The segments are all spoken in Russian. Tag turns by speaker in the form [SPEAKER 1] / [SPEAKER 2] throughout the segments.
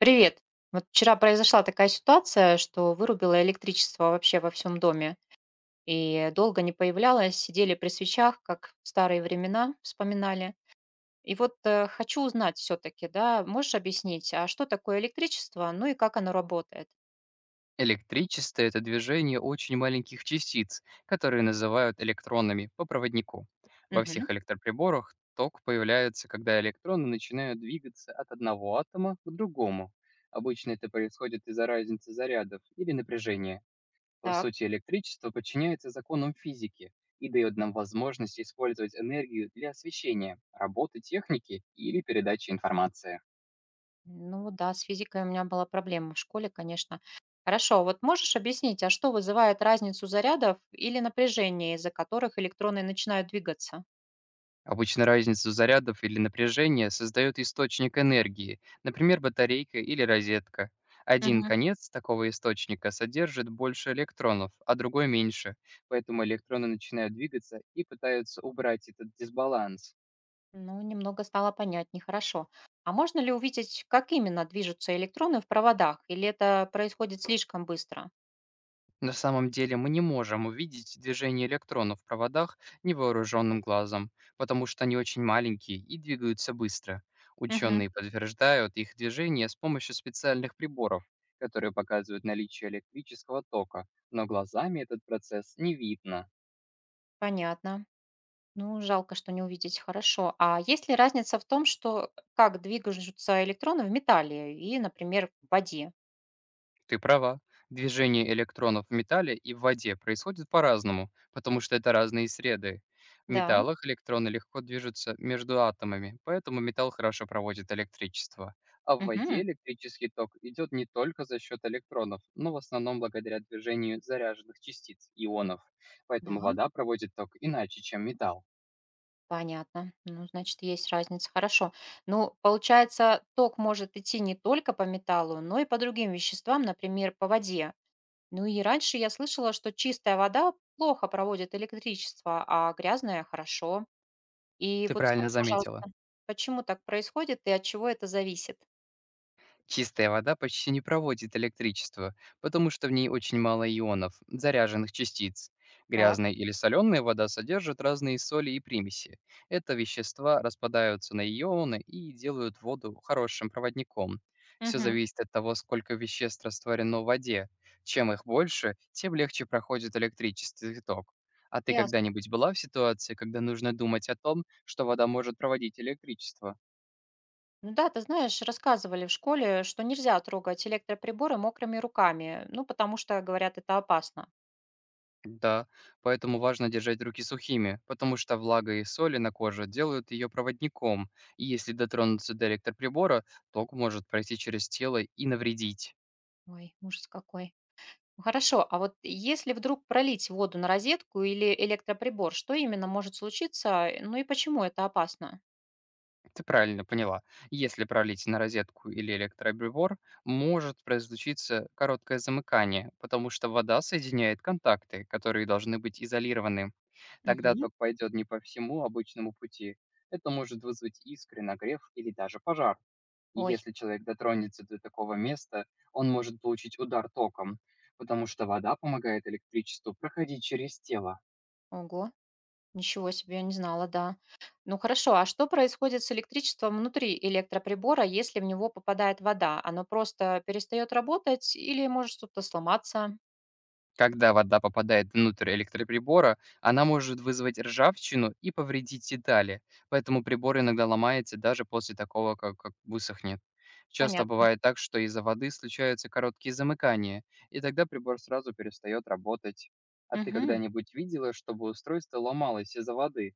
[SPEAKER 1] Привет. Вот вчера произошла такая ситуация, что вырубило электричество вообще во всем доме. И долго не появлялось, сидели при свечах, как в старые времена вспоминали. И вот хочу узнать все-таки, да, можешь объяснить, а что такое электричество, ну и как оно работает?
[SPEAKER 2] Электричество– это движение очень маленьких частиц, которые называют электронами по проводнику. Во
[SPEAKER 1] Мгм.
[SPEAKER 2] всех электроприборах ток появляется, когда электроны начинают двигаться от одного атома к другому. Обычно это происходит из-за разницы зарядов или напряжения. По
[SPEAKER 1] Так,
[SPEAKER 2] сути, электричество подчиняется законам физики и дает нам возможность использовать энергию для освещения, работы техники или передачи информации.
[SPEAKER 1] ну да, с физикой у меня была проблема в школе, конечно. Хорошо, вот можешь объяснить, а что вызывает разницу зарядов или напряжения, из-за которых электроны начинают двигаться?
[SPEAKER 2] Обычно разницу зарядов или напряжения создает источник энергии, например, батарейка или розетка. Один конец такого источника содержит больше электронов, а другой меньше, поэтому электроны начинают двигаться и пытаются убрать этот дисбаланс.
[SPEAKER 1] Ну, немного стало понятнее, хорошо. А можно ли увидеть, как именно движутся электроны в проводах, или это происходит слишком быстро?
[SPEAKER 2] На самом деле мы не можем увидеть движение электронов в проводах невооруженным глазом, потому что они очень маленькие и двигаются быстро.
[SPEAKER 1] Мгм.
[SPEAKER 2] Ученые подтверждают их движение с помощью специальных приборов, которые показывают наличие электрического тока, но глазами этот процесс не видно.
[SPEAKER 1] Понятно. Ну, жалко, что не увидеть, хорошо. А есть ли разница в том, что как двигаются электроны в металле и, например, в воде?
[SPEAKER 2] Ты права. Движение электронов в металле и в воде происходит по-разному, потому что это разные среды. В
[SPEAKER 1] Да.
[SPEAKER 2] металлах электроны легко движутся между атомами, поэтому металл хорошо проводит электричество. А в воде
[SPEAKER 1] Мгм.
[SPEAKER 2] электрический ток идет не только за счет электронов, но в основном благодаря движению заряженных частиц, ионов.
[SPEAKER 1] Да,
[SPEAKER 2] Поэтому вода проводит ток иначе, чем металл.
[SPEAKER 1] понятно. Ну, значит, есть разница, хорошо. Ну, получается, ток может идти не только по металлу, но и по другим веществам, например, по воде. Ну и раньше я слышала, что чистая вода плохо проводит электричество, а грязная– хорошо. И
[SPEAKER 2] Ты
[SPEAKER 1] вот
[SPEAKER 2] правильно
[SPEAKER 1] скажи,
[SPEAKER 2] заметила.
[SPEAKER 1] пожалуйста, почему так происходит и от чего это зависит?
[SPEAKER 2] Чистая вода почти не проводит электричество, потому что в ней очень мало ионов, заряженных частиц.
[SPEAKER 1] Так,
[SPEAKER 2] Грязная или соленая вода содержит разные соли и примеси. Это вещества распадаются на ионы и делают воду хорошим проводником. Все
[SPEAKER 1] мгм,
[SPEAKER 2] зависит от того, сколько веществ растворено в воде. Чем их больше, тем легче проходит электрический ток. А ты
[SPEAKER 1] ясно.
[SPEAKER 2] когда-нибудь была в ситуации, когда нужно думать о том, что вода может проводить электричество?
[SPEAKER 1] Ну да, ты знаешь, рассказывали в школе, что нельзя трогать электроприборы мокрыми руками, ну потому что, говорят, это опасно.
[SPEAKER 2] Да, поэтому важно держать руки сухими, потому что влага и соли на коже делают ее проводником, и если дотронуться до электроприбора, ток может пройти через тело и навредить.
[SPEAKER 1] Ой, ужас какой. Ну хорошо, а вот если вдруг пролить воду на розетку или электроприбор, что именно может случиться, ну и почему это опасно?
[SPEAKER 2] Ты правильно поняла. Если пролить на розетку или электроприбор, может произлучиться короткое замыкание, потому что вода соединяет контакты, которые должны быть изолированы. Тогда
[SPEAKER 1] Мгм.
[SPEAKER 2] ток пойдет не по всему обычному пути. Это может вызвать искры, нагрев или даже пожар. И
[SPEAKER 1] Ой,
[SPEAKER 2] если человек дотронется до такого места, он может получить удар током, потому что вода помогает электричеству проходить через тело.
[SPEAKER 1] ого. Ничего себе, я не знала, да. Ну хорошо, а что происходит с электричеством внутри электроприбора, если в него попадает вода? Оно просто перестает работать или может что-то сломаться?
[SPEAKER 2] Когда вода попадает внутрь электроприбора, она может вызвать ржавчину и повредить детали, поэтому прибор иногда ломается даже после такого, как высохнет. Часто
[SPEAKER 1] Понятно.
[SPEAKER 2] бывает так, что из-за воды случаются короткие замыкания, и тогда прибор сразу перестает работать. А ты
[SPEAKER 1] Мгм.
[SPEAKER 2] когда-нибудь видела, чтобы устройство ломалось из-за воды?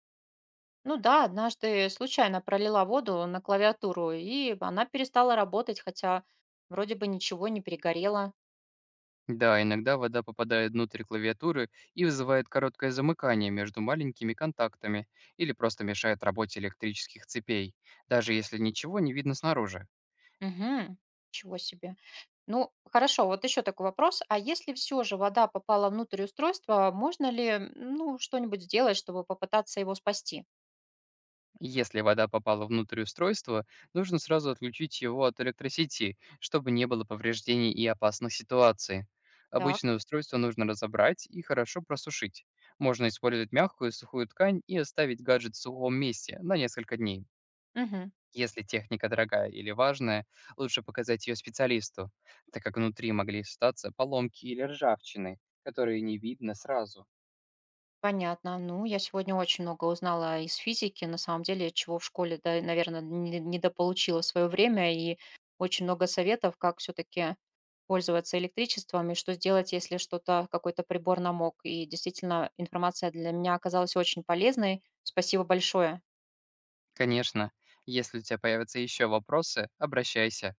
[SPEAKER 1] Ну да, однажды случайно пролила воду на клавиатуру, и она перестала работать, хотя вроде бы ничего не перегорело.
[SPEAKER 2] Да, иногда вода попадает внутрь клавиатуры и вызывает короткое замыкание между маленькими контактами или просто мешает работе электрических цепей, даже если ничего не видно снаружи.
[SPEAKER 1] Угу. Ничего себе. Ну, хорошо, вот еще такой вопрос. А если все же вода попала внутрь устройства, можно ли, ну, что-нибудь сделать, чтобы попытаться его спасти?
[SPEAKER 2] Если вода попала внутрь устройства, нужно сразу отключить его от электросети, чтобы не было повреждений и опасных ситуаций.
[SPEAKER 1] Так,
[SPEAKER 2] Обычное устройство нужно разобрать и хорошо просушить. Можно использовать мягкую и сухую ткань и оставить гаджет в сухом месте на несколько дней.
[SPEAKER 1] мгм.
[SPEAKER 2] Если техника дорогая или важная, лучше показать ее специалисту, так как внутри могли остаться поломки или ржавчины, которые не видно сразу.
[SPEAKER 1] Понятно. Ну, я сегодня очень много узнала из физики, на самом деле, чего в школе, да, наверное, недополучила в свое время, и очень много советов, как все-таки пользоваться электричеством и что сделать, если что-то, какой-то прибор намок. И действительно, информация для меня оказалась очень полезной. Спасибо большое.
[SPEAKER 2] Конечно, если у тебя появятся еще вопросы, обращайся.